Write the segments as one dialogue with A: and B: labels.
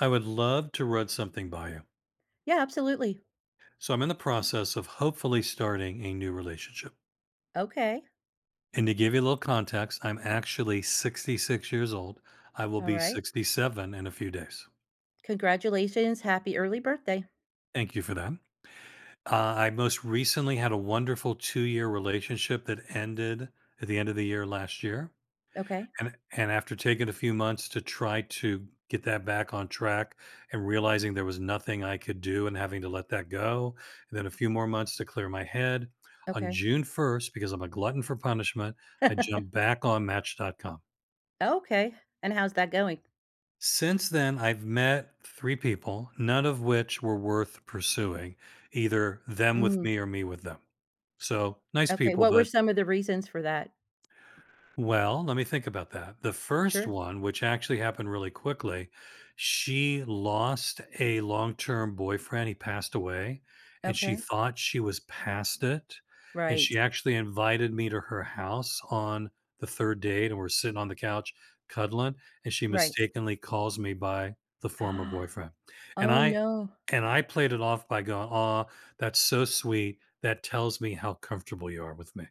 A: I would love to run something by you.
B: Yeah, absolutely.
A: So I'm in the process of hopefully starting a new relationship.
B: Okay.
A: And to give you a little context, I'm actually 66 years old. I will
B: All
A: be
B: right.
A: 67 in a few days.
B: Congratulations. Happy early birthday.
A: Thank you for that. I most recently had a wonderful 2-year relationship that ended at the end of the year last year.
B: Okay.
A: And after taking a few months to try to get that back on track and realizing there was nothing I could do and having to let that go, and then a few more months to clear my head, on
B: Okay.
A: June 1st, because I'm a glutton for punishment, I jumped back on Match.com.
B: Okay. And how's that going?
A: Since then, I've met three people, none of which were worth pursuing, either them with
B: Mm,
A: me or me with them. So nice
B: okay.
A: people,
B: What were
A: but
B: some of the reasons for that?
A: well, let me think about that. The first
B: Sure.
A: one, which actually happened really quickly, she lost a long term boyfriend. He passed away, and she
B: Okay.
A: thought she was past it. And
B: Right.
A: she actually invited me to her house on the third date, and we're sitting on the couch cuddling. And she
B: Right.
A: mistakenly calls me by the former boyfriend. And
B: Oh,
A: I
B: no.
A: and I played it off by going, "Ah, that's so sweet. That tells me how comfortable you are with me."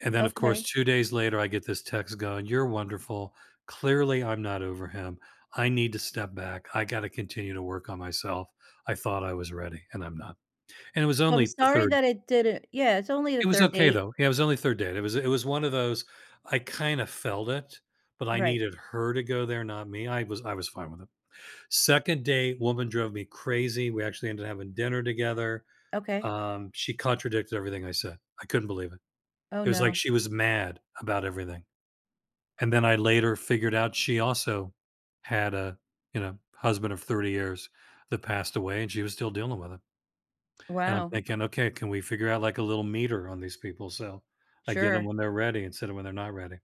A: And then, of course,
B: Okay.
A: 2 days later, I get this text going, "You're wonderful. Clearly, I'm not over him. I need to step back. I gotta continue to work on myself. I thought I was ready, and I'm not." And it was
B: So I'm
A: only the
B: sorry
A: 3rd
B: that it didn't. Yeah, it's only the
A: It was
B: 3rd
A: okay,
B: date.
A: though. Yeah, it was only 3rd date. It was one of those. I kinda felt it, but I
B: Right.
A: needed her to go there, not me. I was fine with it. 2nd date, woman drove me crazy. We actually ended up having dinner together.
B: Okay.
A: She contradicted everything I said. I couldn't believe it.
B: Oh,
A: It was like
B: no.
A: she was mad about everything. And then I later figured out she also had a, husband of 30 years that passed away and she was still dealing with it. And I'm
B: Wow.
A: thinking, okay, can we figure out like a little meter on these people? So I get them
B: Sure.
A: when they're ready instead of when they're not ready.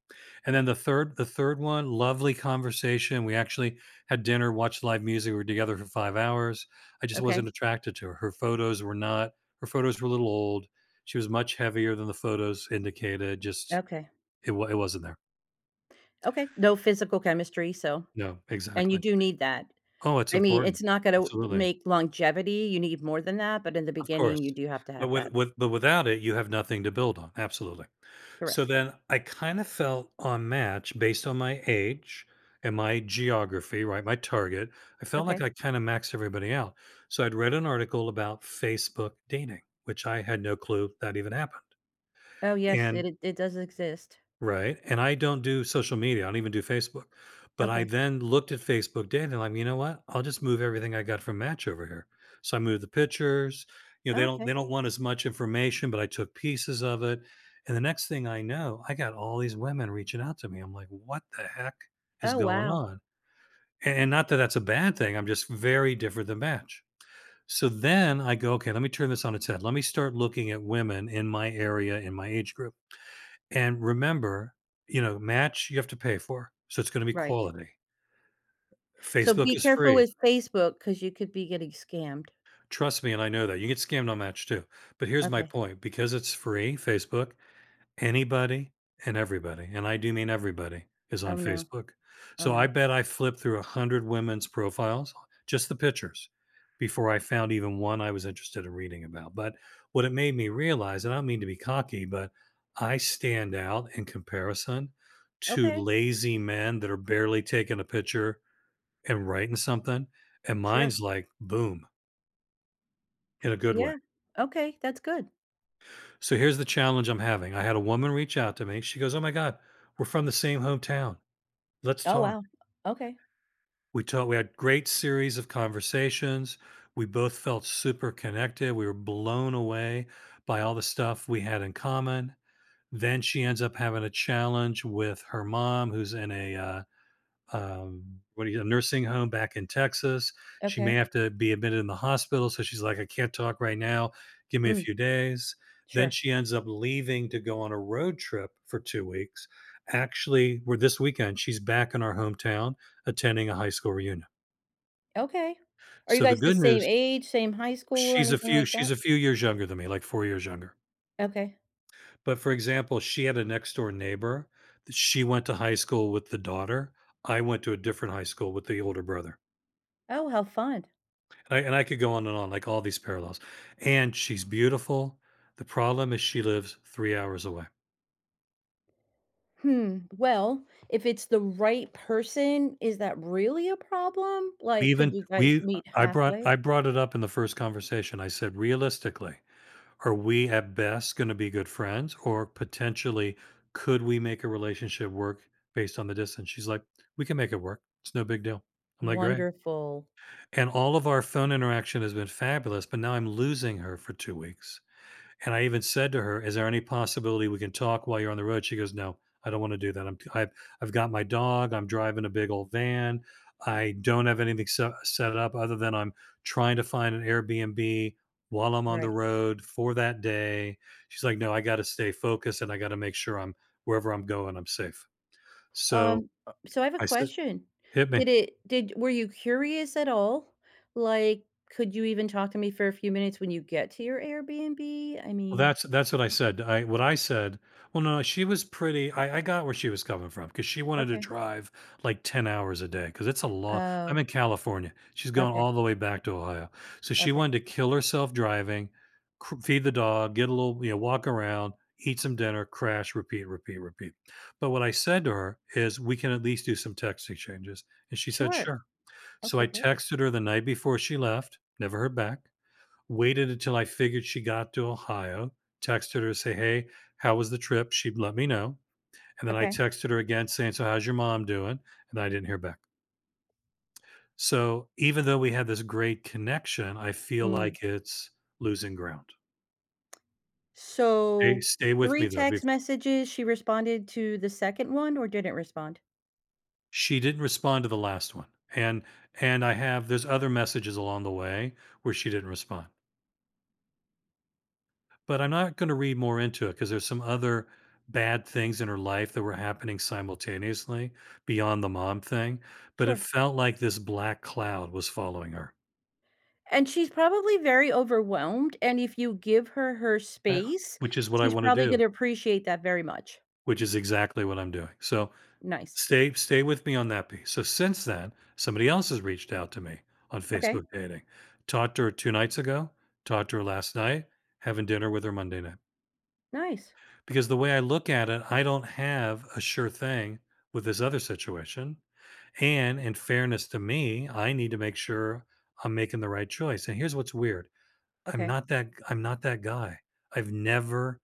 A: And then the third one, lovely conversation. We actually had dinner, watched live music. We were together for 5 hours. I just
B: Okay.
A: wasn't attracted to her. Her photos were not, her photos were a little old. She was much heavier than the photos indicated. Just,
B: Okay.
A: it wasn't there.
B: Okay. No physical chemistry, so
A: No,
B: and you
A: exactly.
B: do need that.
A: Oh, it's
B: I mean,
A: important.
B: it's not gonna
A: Absolutely.
B: make longevity, you need more than that, but in the
A: Of course.
B: beginning, you do have to
A: But
B: have that.
A: with with but without it, you have nothing to build on. Absolutely. So
B: Correct.
A: then I kind of felt on Match based on my age and my geography, right? My target. I felt like
B: Okay.
A: I kind of maxed everybody out. So I'd read an article about Facebook dating, which I had no clue that even happened.
B: Oh, yes, it
A: And
B: it it does exist.
A: right, and I don't do social media, I don't even do Facebook, but I
B: Okay.
A: then looked at Facebook data, and I'm, like, "You know what? I'll just move everything I got from Match over here." So I moved the pictures, you know, they don't
B: Okay.
A: they don't want as much information, but I took pieces of it, and the next thing I know, I got all these women reaching out to me, I'm like, "What the heck is
B: Oh,
A: going
B: wow.
A: on?" And not that that's a bad thing, I'm just very different than Match. So then I go, "Okay, let me turn this on its head, let me start looking at women in my area, in my age group." And remember, you know, Match, you have to pay for, so it's gonna be
B: Right.
A: quality.
B: So
A: Facebook
B: be
A: is
B: careful
A: free.
B: with Facebook because you could be getting scammed.
A: Trust me, and I know that. You get scammed on Match too. But here's my
B: Okay.
A: point, because it's free, Facebook, anybody and everybody, and I do mean everybody, is on
B: Oh, no.
A: Facebook.
B: Oh,
A: So I
B: no.
A: bet I flipped through 100 women's profiles, just the pictures, before I found even one I was interested in reading about. But what it made me realize, and I don't mean to be cocky, but I stand out in comparison to
B: Okay.
A: lazy men that are barely taking a picture and writing something, and
B: Sure.
A: mine's like, boom, in a good way.
B: Yeah. Okay, that's good.
A: So here's the challenge I'm having. I had a woman reach out to me. She goes, "Oh my God, we're from the same hometown. Let's
B: Oh,
A: talk."
B: wow. Okay.
A: We had great series of conversations. We both felt super connected. We were blown away by all the stuff we had in common. Then she ends up having a challenge with her mom who's in a, what do you, a nursing home back in Texas. She may
B: Okay.
A: have to be admitted in the hospital. So she's like, "I can't talk right now. Give me a
B: Mm,
A: few days." Then
B: sure.
A: she ends up leaving to go on a road trip for 2 weeks. Actually, we're this weekend, she's back in our hometown attending a high school reunion.
B: Okay. Are you
A: So the
B: guys the
A: good
B: same
A: news,
B: age, same high school,
A: she's a
B: anything
A: few,
B: like
A: she's
B: that?
A: a few years younger than me, like 4 years younger.
B: Okay.
A: But for example, she had a next door neighbor that she went to high school with the daughter. I went to a different high school with the older brother.
B: Oh, how fun.
A: And I could go on and on, like all these parallels. And she's beautiful. The problem is she lives 3 hours away.
B: Hmm. Well, if it's the right person, is that really a problem?
A: We
B: Like, could
A: even
B: you guys
A: we
B: meet
A: I brought
B: halfway?
A: I brought it up in the first conversation. I said, "Realistically, are we at best gonna be good friends, or potentially could we make a relationship work based on the distance?" She's like, "We can make it work. It's no big deal." I'm like, "Great."
B: Wonderful.
A: And all of our phone interaction has been fabulous, but now I'm losing her for 2 weeks. And I even said to her, "Is there any possibility we can talk while you're on the road?" She goes, "No, I don't want to do that. I've got my dog. I'm driving a big old van. I don't have anything set up other than I'm trying to find an Airbnb while I'm on the
B: Right.
A: road for that day." She's like, "No, I got to stay focused and I got to make sure I'm wherever I'm going, I'm safe." So
B: Um, so I have a
A: I said,
B: question.
A: "Hit me."
B: Did were you curious at all? Like, could you even talk to me for a few minutes when you get to your Airbnb? I
A: Well,
B: mean,
A: that's what I said. Well, no, she was pretty. I got where she was coming from because she wanted to
B: okay.
A: drive like 10 hours a day because it's a long. I'm
B: Oh,
A: in California. She's gone
B: okay.
A: all the way back to Ohio. So she
B: Okay.
A: wanted to kill herself driving, feed the dog, get a little, you know, walk around, eat some dinner, crash, repeat, repeat, repeat. But what I said to her is, we can at least do some text exchanges. And she said,
B: Sure.
A: sure. So
B: Okay,
A: I
B: perfect.
A: texted her the night before she left, never heard back. Waited until I figured she got to Ohio, texted her to say, "Hey, how was the trip?" She'd let me know. And then I
B: Okay.
A: texted her again saying, "So, how's your mom doing?" And I didn't hear back. So, even though we had this great connection, I feel
B: Mm.
A: like it's losing ground. Stay,
B: So,
A: stay with me
B: three
A: though.
B: text messages, she responded to the second one or didn't respond?
A: She didn't respond to the last one. And and I have there's other messages along the way where she didn't respond. But I'm not going to read more into it because there's some other bad things in her life that were happening simultaneously beyond the mom thing. But it
B: Sure.
A: felt like this black cloud was following her,
B: And she's probably very overwhelmed, and if you give her her
A: eh,
B: space,
A: which is what I
B: she's
A: want to
B: probably
A: do,
B: gonna appreciate that very much.
A: which is exactly what I'm doing. So
B: Nice.
A: stay with me on that piece. So since then, somebody else has reached out to me on
B: Okay.
A: Facebook dating. Talked to her 2 nights ago, talked to her last night, having dinner with her Monday night.
B: Nice.
A: Because the way I look at it, I don't have a sure thing with this other situation. And in fairness to me, I need to make sure I'm making the right choice. And here's what's weird. I'm
B: Okay.
A: not that I'm not that guy. I've never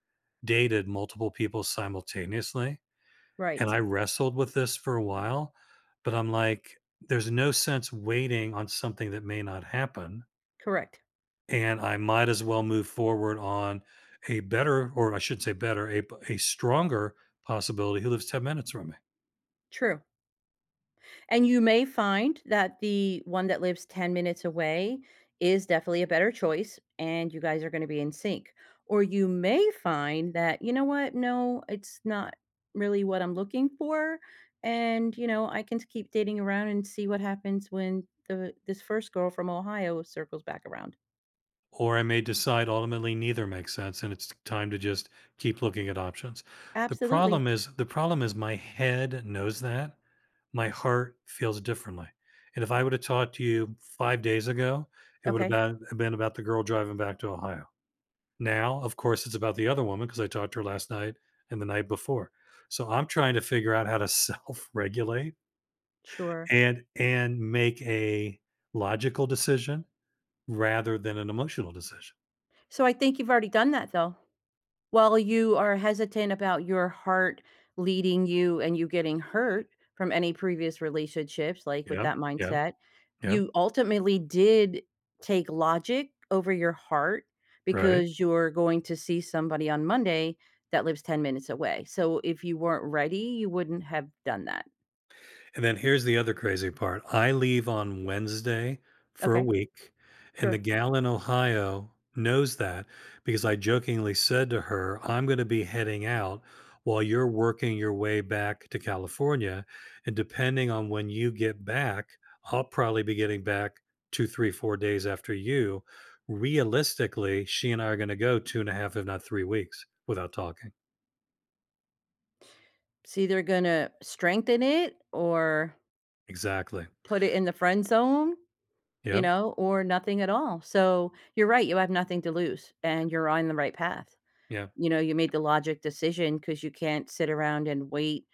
A: dated multiple people simultaneously, and
B: Right.
A: I wrestled with this for a while, but I'm like there's no sense waiting on something that may not happen,
B: Correct.
A: and I might as well move forward on a better, or I should say better, a stronger possibility who lives 10 minutes from me.
B: True. And you may find that the one that lives 10 minutes away is definitely a better choice, and you guys are going to be in sync. Or you may find that, you know what, no, it's not really what I'm looking for. And, you know, I can keep dating around and see what happens when the this first girl from Ohio circles back around.
A: Or I may decide ultimately neither makes sense and it's time to just keep looking at options.
B: Absolutely.
A: The problem is my head knows that. My heart feels differently. And if I would have talked to you 5 days ago, it would have
B: Okay,
A: been about the girl driving back to Ohio. Now, of course, it's about the other woman because I talked to her last night and the night before. So I'm trying to figure out how to self-regulate
B: sure.
A: and make a logical decision rather than an emotional decision.
B: So I think you've already done that though. While you are hesitant about your heart leading you and you getting hurt from any previous relationships, like, with
A: Yeah.
B: that
A: Yeah.
B: mindset,
A: Yeah.
B: you ultimately did take logic over your heart
A: Right.
B: because you're going to see somebody on Monday that lives 10 minutes away. So, if you weren't ready, you wouldn't have done that.
A: And then here's the other crazy part. I leave on Wednesday for a
B: Okay,
A: week, and the
B: sure.
A: gal in Ohio knows that because I jokingly said to her, "I'm going to be heading out while you're working your way back to California. And depending on when you get back, I'll probably be getting back two, three, 4 days after you. Realistically, she and I are going to go two and a half, if not 3 weeks without talking."
B: It's either gonna strengthen it or
A: Exactly.
B: put it in the friend zone, you
A: Yep.
B: know, or nothing at all. So you're right, you have nothing to lose and you're on the right path.
A: Yep.
B: You know, you made the logic decision because you can't sit around and wait,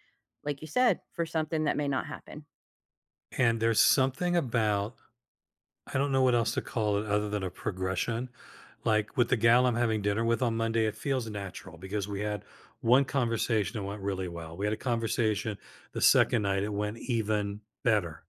B: like you said, for something that may not happen.
A: And there's something about I don't know what else to call it other than a progression. Like with the gal I'm having dinner with on Monday, it feels natural because we had one conversation that went really well. We had a conversation the second night, it went even better.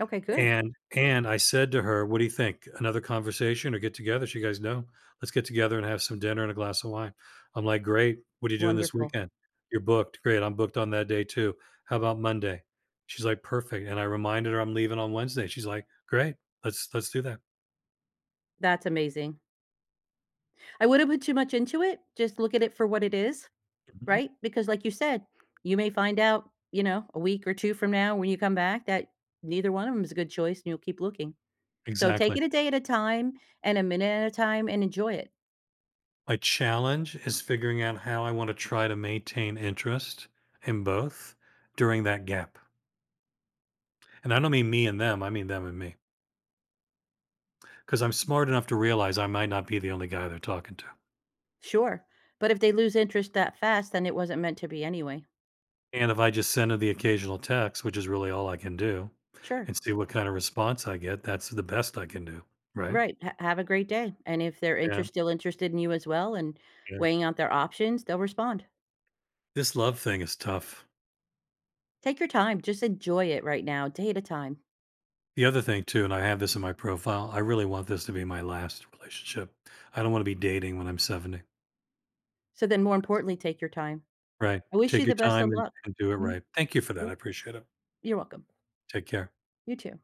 B: Okay, good.
A: And I said to her, "What do you think? Another conversation or get together?" She goes, "No, let's get together and have some dinner and a glass of wine." I'm like, "Great. What are you doing this
B: Wonderful.
A: weekend?" "You're booked." "Great. I'm booked on that day too. How about Monday?" She's like, "Perfect." And I reminded her I'm leaving on Wednesday. She's like, "Great. Let's do that."
B: That's amazing. I wouldn't put too much into it. Just look at it for what it is,
A: Mhm.
B: right? Because, like you said, you may find out, you know, a week or two from now when you come back that neither one of them is a good choice and you'll keep looking. So take
A: Exactly.
B: it a day at a time and a minute at a time and enjoy it.
A: My challenge is figuring out how I want to try to maintain interest in both during that gap. And I don't mean me and them, I mean them and me. Because I'm smart enough to realize I might not be the only guy they're talking to.
B: Sure. But if they lose interest that fast, then it wasn't meant to be anyway.
A: And if I just send them the occasional text, which is really all I can do,
B: Sure.
A: and see what kind of response I get, that's the best I can do. Right.
B: Right. Ha Have a great day. And if they're
A: Yeah.
B: interest still interested in you as well and
A: Yeah.
B: weighing out their options, they'll respond.
A: This love thing is tough.
B: Take your time. Just enjoy it right now, day at a time.
A: The other thing, too, and I have this in my profile, I really want this to be my last relationship. I don't want to be dating when I'm 70.
B: So then more importantly, take your time.
A: Right.
B: I wish you
A: Take your
B: the best of
A: time and
B: luck.
A: and do it
B: Mhm.
A: right. Thank you for that. I
B: Yep.
A: appreciate it.
B: You're welcome.
A: Take care.
B: You too.